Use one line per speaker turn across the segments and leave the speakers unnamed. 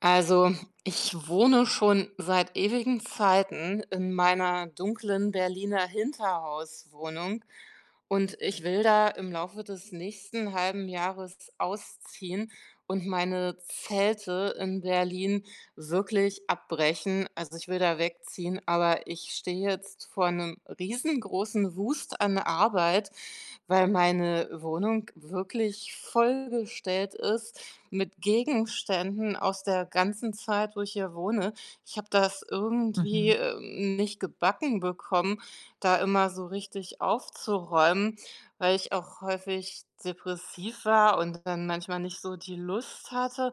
Also, ich wohne schon seit ewigen Zeiten in meiner dunklen Berliner Hinterhauswohnung und ich will da im Laufe des nächsten halben Jahres ausziehen und meine Zelte in Berlin wirklich abbrechen. Also, ich will da wegziehen, aber ich stehe jetzt vor einem riesengroßen Wust an Arbeit, weil meine Wohnung wirklich vollgestellt ist mit Gegenständen aus der ganzen Zeit, wo ich hier wohne. Ich habe das irgendwie,
Mhm,
nicht gebacken bekommen, da immer so richtig aufzuräumen, weil ich auch häufig depressiv war und dann manchmal nicht so die Lust hatte,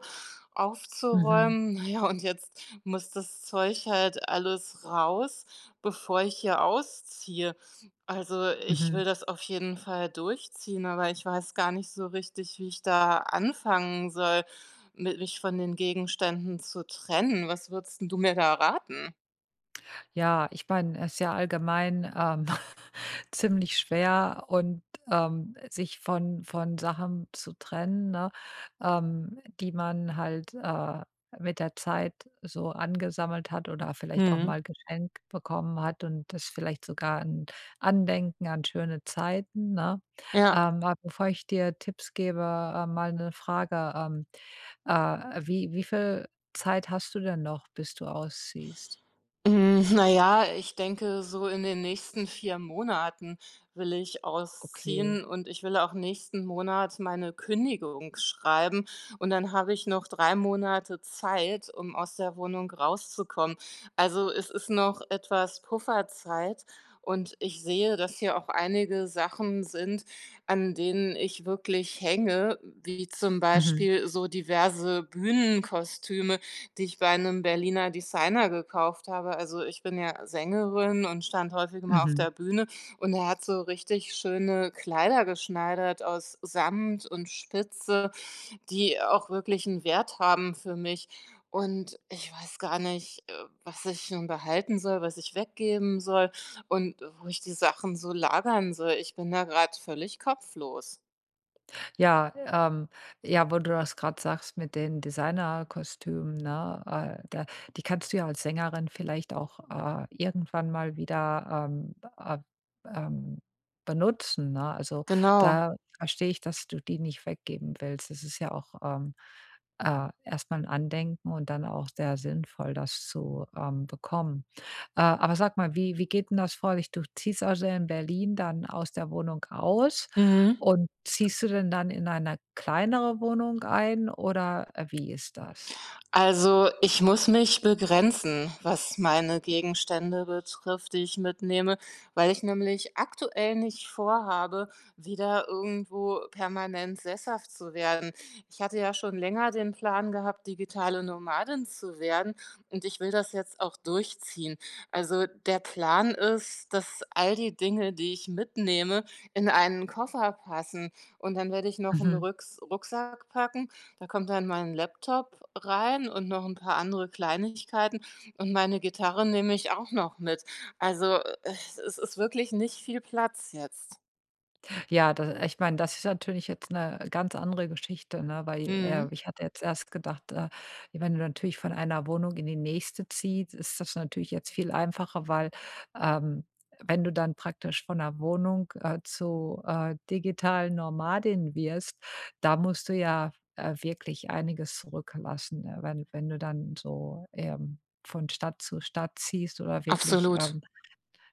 mhm,
aufzuräumen. Naja, und jetzt muss das Zeug halt alles raus, bevor ich hier ausziehe. Also, ich will
mhm.
das auf jeden Fall durchziehen, aber ich weiß gar nicht so richtig, wie ich da anfangen soll, mit mich von den Gegenständen zu trennen. Was würdest 'n du mir da raten?
Ja, ich meine, es ist ja allgemein, ziemlich schwer sich von Sachen zu trennen, ne, die man halt, mit der Zeit so angesammelt hat oder vielleicht auch
Mhm.
mal geschenkt bekommen hat und das vielleicht sogar ein Andenken an schöne Zeiten, ne?
Ja.
Aber bevor ich dir Tipps gebe, mal eine Frage, wie viel Zeit hast du denn noch, bis du ausziehst?
Hm, na ja, ich denke, so in den nächsten 4 Monaten will ich
Okay.
ausziehen und ich will auch nächsten Monat meine Kündigung schreiben und dann habe ich noch 3 Monate Zeit, um aus der Wohnung rauszukommen. Also, es ist noch etwas Pufferzeit und ich sehe, dass hier auch einige Sachen sind, an denen ich wirklich hänge, wie zum
Mhm,
Beispiel so diverse Bühnenkostüme, die ich bei einem Berliner Designer gekauft habe. Also, ich bin ja Sängerin und stand häufig mal auf
mhm.
der Bühne und er hat so richtig schöne Kleider geschneidert aus Samt und Spitze, die auch wirklich einen Wert haben für mich. Und ich weiß gar nicht, was ich nun behalten soll, was ich weggeben soll und wo ich die Sachen so lagern soll. Ich bin da gerade völlig kopflos.
Ja, ähm, ja, wo du das gerade sagst mit den Designerkostümen, ne? Da die kannst du ja als Sängerin vielleicht auch, irgendwann mal wieder, ähm, benutzen, ne? Also,
Genau.
da verstehe ich, dass du die nicht weggeben willst. Das ist ja auch, erst mal Andenken und dann auch sehr sinnvoll, das zu, bekommen. Aber sag mal, wie geht denn das vor dich? Du ziehst also in Berlin dann aus der Wohnung aus
Mhm.
und ziehst du denn dann in eine kleinere Wohnung ein oder, wie ist das?
Also, ich muss mich begrenzen, was meine Gegenstände betrifft, die ich mitnehme, weil ich nämlich aktuell nicht vorhabe, wieder irgendwo permanent sesshaft zu werden. Ich hatte ja schon länger den Plan gehabt, digitale Nomadin zu werden und ich will das jetzt auch durchziehen. Also, der Plan ist, dass all die Dinge, die ich mitnehme, in einen Koffer passen, und dann werde ich noch einen
Mhm.
Rucksack packen. Da kommt dann mein Laptop rein und noch ein paar andere Kleinigkeiten, und meine Gitarre nehme ich auch noch mit. Also, es ist wirklich nicht viel Platz jetzt.
Ja, da ich meine, das ist natürlich jetzt eine ganz andere Geschichte, ne, weil,
Mhm.
ich hatte jetzt erst gedacht, ja, wenn du natürlich von einer Wohnung in die nächste ziehst, ist das natürlich jetzt viel einfacher, weil, ähm, wenn du dann praktisch von der Wohnung, zu, digitalen Nomadin wirst, da musst du ja, wirklich einiges zurücklassen, ne, wenn du dann so, von Stadt zu Stadt ziehst oder wirklich,
Absolut.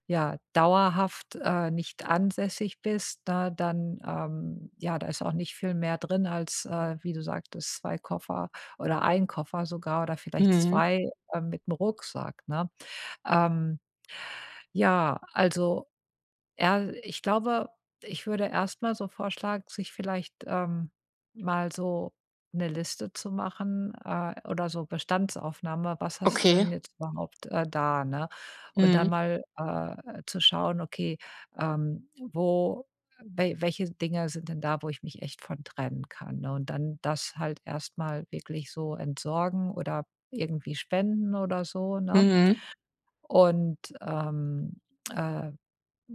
ja, dauerhaft, nicht ansässig bist, ne, dann, ja, da ist auch nicht viel mehr drin als, wie du sagtest, 2 Koffer oder ein Koffer sogar oder vielleicht
Mhm.
2 mit 'm Rucksack, ne? Ähm, ja, also ja, ich glaube, ich würde erstmal so vorschlagen, sich vielleicht, mal so eine Liste zu machen, oder so Bestandsaufnahme. Was hast du
Okay.
denn jetzt überhaupt, da, ne? Und
Mhm.
dann mal, zu schauen, okay, wo welche Dinge sind denn da, wo ich mich echt von trennen kann, ne? Und dann das halt erstmal wirklich so entsorgen oder irgendwie spenden oder so, ne?
Mhm.
Und, äh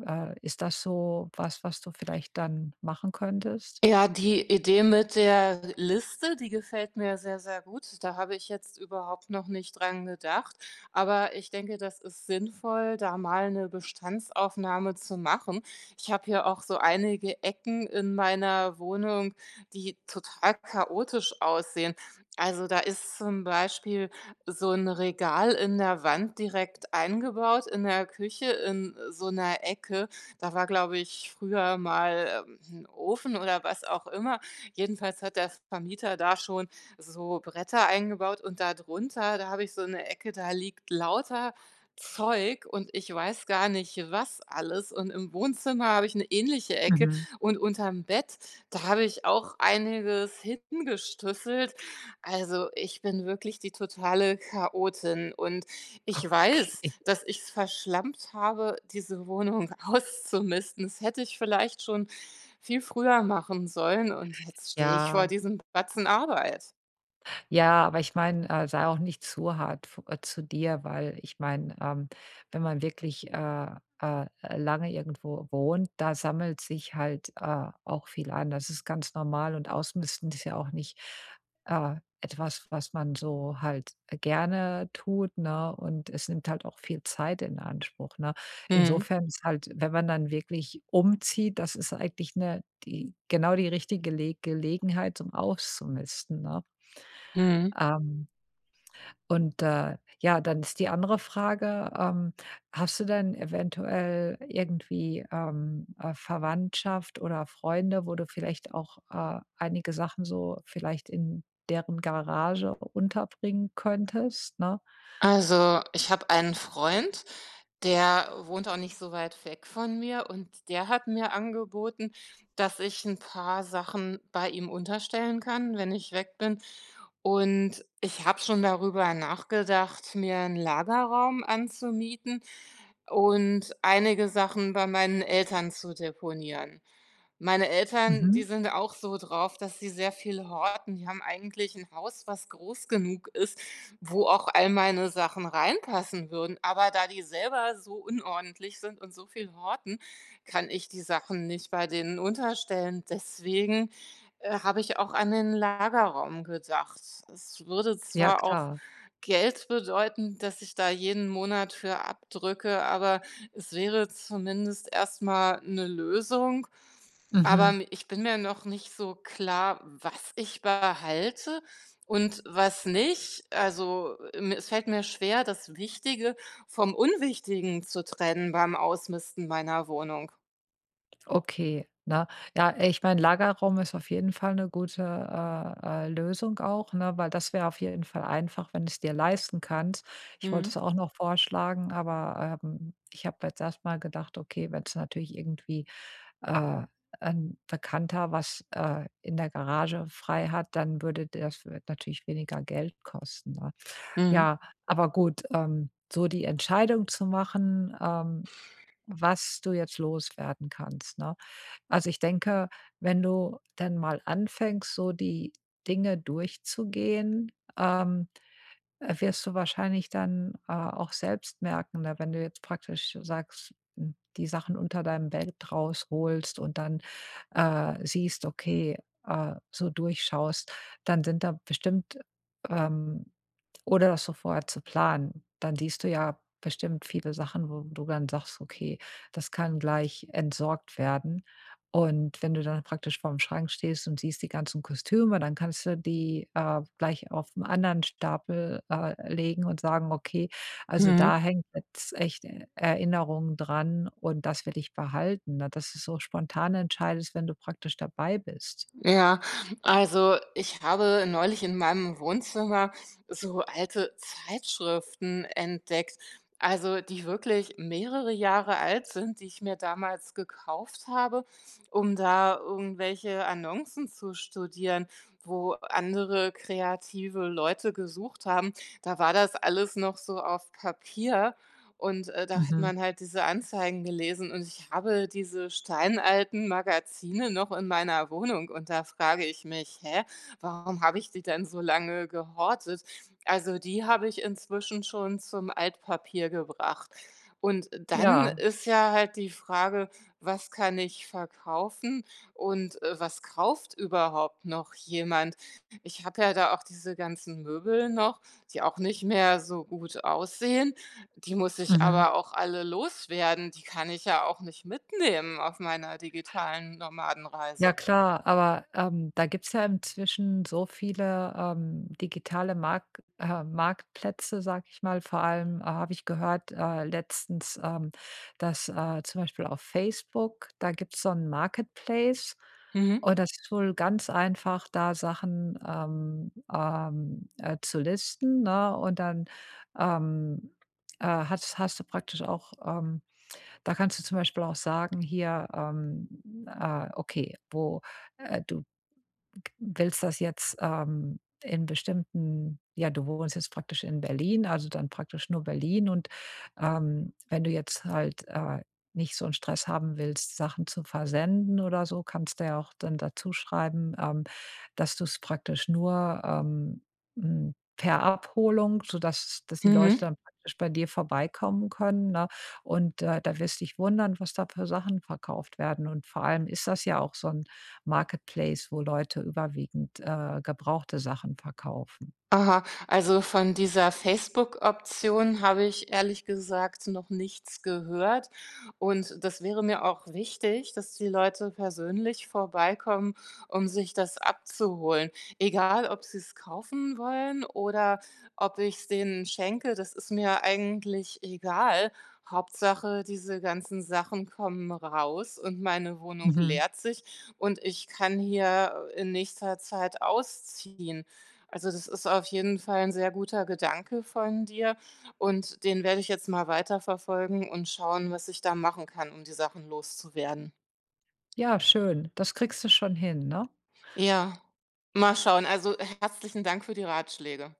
ist das so was, was du vielleicht dann machen könntest?
Ja, die Idee mit der Liste, die gefällt mir sehr, sehr gut. Da habe ich jetzt überhaupt noch nicht dran gedacht. Aber ich denke, das ist sinnvoll, da mal eine Bestandsaufnahme zu machen. Ich habe hier auch so einige Ecken in meiner Wohnung, die total chaotisch aussehen. Also, da ist zum Beispiel so ein Regal in der Wand direkt eingebaut in der Küche in so einer Ecke. Da war, glaube ich, früher mal, 'n Ofen oder was auch immer. Jedenfalls hat der Vermieter da schon so Bretter eingebaut, und da drunter, da habe ich so eine Ecke, da liegt lauter Zeug und ich weiß gar nicht, was alles. Und im Wohnzimmer habe ich eine ähnliche Ecke
Mhm.
und unterm Bett, da habe ich auch einiges hingestöffelt. Also, ich bin wirklich die totale Chaotin und ich weiß,
Okay,
dass ich es verschlampt habe, diese Wohnung auszumisten. Das hätte ich vielleicht schon viel früher machen sollen und jetzt stehe ich vor
ja.
diesem Batzen Arbeit.
Ja, aber ich meine, sei auch nicht zu hart f zu dir, weil ich meine, wenn man wirklich, äh, lange irgendwo wohnt, da sammelt sich halt, auch viel an. Das ist ganz normal und ausmisten ist ja auch nicht, äh, etwas, was man so halt gerne tut, ne? Und es nimmt halt auch viel Zeit in Anspruch, ne?
Mhm,
Insofern ist halt, wenn man dann wirklich umzieht, das ist eigentlich 'ne die genau die richtige Le Gelegenheit, um auszumisten, ne?
mhm.
Ähm, und, ja, dann ist die andere Frage, hast du denn eventuell irgendwie, Verwandtschaft oder Freunde, wo du vielleicht auch, einige Sachen so vielleicht in deren Garage unterbringen könntest, ne?
Also, ich habe einen Freund, der wohnt auch nicht so weit weg von mir und der hat mir angeboten, dass ich ein paar Sachen bei ihm unterstellen kann, wenn ich weg bin. Und ich habe schon darüber nachgedacht, mir einen Lagerraum anzumieten und einige Sachen bei meinen Eltern zu deponieren. Meine Eltern, die
Mhm.
sind auch so drauf, dass sie sehr viel horten. Die haben eigentlich ein Haus, was groß genug ist, wo auch all meine Sachen reinpassen würden. Aber da die selber so unordentlich sind und so viel horten, kann ich die Sachen nicht bei denen unterstellen. Deswegen, habe ich auch an den Lagerraum gedacht. Es würde
Ja,
zwar auch
klar.
Geld bedeuten, dass ich da jeden Monat für abdrücke, aber es wäre zumindest erstmal eine Lösung, aber
Mhm.
mi ich bin mir noch nicht so klar, was ich behalte und was nicht. Also, es fällt mir schwer, das Wichtige vom Unwichtigen zu trennen beim Ausmisten meiner Wohnung.
Okay, ne? Ja, ich meine, Lagerraum ist auf jeden Fall eine gute, Lösung auch, ne, weil das wäre auf jeden Fall einfach, wenn du es dir leisten kannst. Ich wollte
Mhm.
es auch noch vorschlagen, aber, ich habe jetzt erst mal gedacht, okay, wenn es natürlich irgendwie, äh, 'n Bekannter was, in der Garage frei hat, dann würde das natürlich weniger Geld kosten, ne?
Mhm.
Ja, aber gut, so die Entscheidung zu machen, was du jetzt loswerden kannst, ne? Also, ich denke, wenn du dann mal anfängst, so die Dinge durchzugehen, ähm, wirst du wahrscheinlich dann, auch selbst merken, ne, wenn du jetzt praktisch sagst, hm, die Sachen unter deinem Bett rausholst und dann, siehst, okay, so durchschaust, dann sind da bestimmt, ähm oder das so vorher zu planen, dann siehst du ja bestimmt viele Sachen, wo du dann sagst: „Okay, das kann gleich entsorgt werden.“ Und wenn du dann praktisch vorm Schrank stehst und siehst die ganzen Kostüme, dann kannst du die, gleich auf einen anderen Stapel, legen und sagen: „Okay, also da
Mhm.
hängt jetzt echt Erinnerungen dran und das will ich behalten“, ne, dass du so spontan entscheidest, wenn du praktisch dabei bist.
Ja, also ich habe neulich in meinem Wohnzimmer so alte Zeitschriften entdeckt, also die wirklich mehrere Jahre alt sind, die ich mir damals gekauft habe, um da irgendwelche Annoncen zu studieren, wo andere kreative Leute gesucht haben. Da war das alles noch so auf Papier. Und, da hat
Mhm.
man halt diese Anzeigen gelesen und ich habe diese steinalten Magazine noch in meiner Wohnung und da frage ich mich: „Hä, warum habe ich die denn so lange gehortet?“ Also, die habe ich inzwischen schon zum Altpapier gebracht. Und dann
Ja.
ist ja halt die Frage, was kann ich verkaufen, und, was kauft überhaupt noch jemand? Ich habe ja da auch diese ganzen Möbel noch, die auch nicht mehr so gut aussehen. Die muss ich
Mhm.
aber auch alle loswerden. Die kann ich ja auch nicht mitnehmen auf meiner digitalen
Ja
Nomadenreise.
klar, aber, da gibt's ja inzwischen so viele, digitale Marktplätze, sag ich mal. Vor allem, habe ich gehört, letztens, dass, zum Beispiel auf Facebook, da gibt's so einen Marketplace
Mhm.
und das ist wohl ganz einfach, da Sachen, zu listen, ne? Und dann, ähm, hast du praktisch auch, da kannst du zum Beispiel auch sagen hier, okay, wo, du willst das jetzt, in bestimmten ja, du wohnst jetzt praktisch in Berlin, also dann praktisch nur Berlin und, wenn du jetzt halt, nicht so einen Stress haben willst, Sachen zu versenden oder so, kannst du ja auch dann dazu schreiben, dass du es praktisch nur, per Abholung, sodass dass die Leute
Mhm.
dann praktisch bei dir vorbeikommen können, ne? Und, da wirst du dich wundern, was da für Sachen verkauft werden. Und vor allem ist das ja auch so 'n Marketplace, wo Leute überwiegend, gebrauchte Sachen verkaufen.
Aha, also von dieser Facebook-Option habe ich ehrlich gesagt noch nichts gehört. Und das wäre mir auch wichtig, dass die Leute persönlich vorbeikommen, um sich das abzuholen. Egal, ob sie es kaufen wollen oder ob ich es denen schenke, das ist mir eigentlich egal. Hauptsache, diese ganzen Sachen kommen raus und meine Wohnung
Mhm.
leert sich und ich kann hier in nächster Zeit ausziehen. Also, das ist auf jeden Fall ein sehr guter Gedanke von dir und den werde ich jetzt mal weiterverfolgen und schauen, was ich da machen kann, um die Sachen loszuwerden.
Ja, schön. Das kriegst du schon hin, ne?
Ja, mal schauen. Also, herzlichen Dank für die Ratschläge.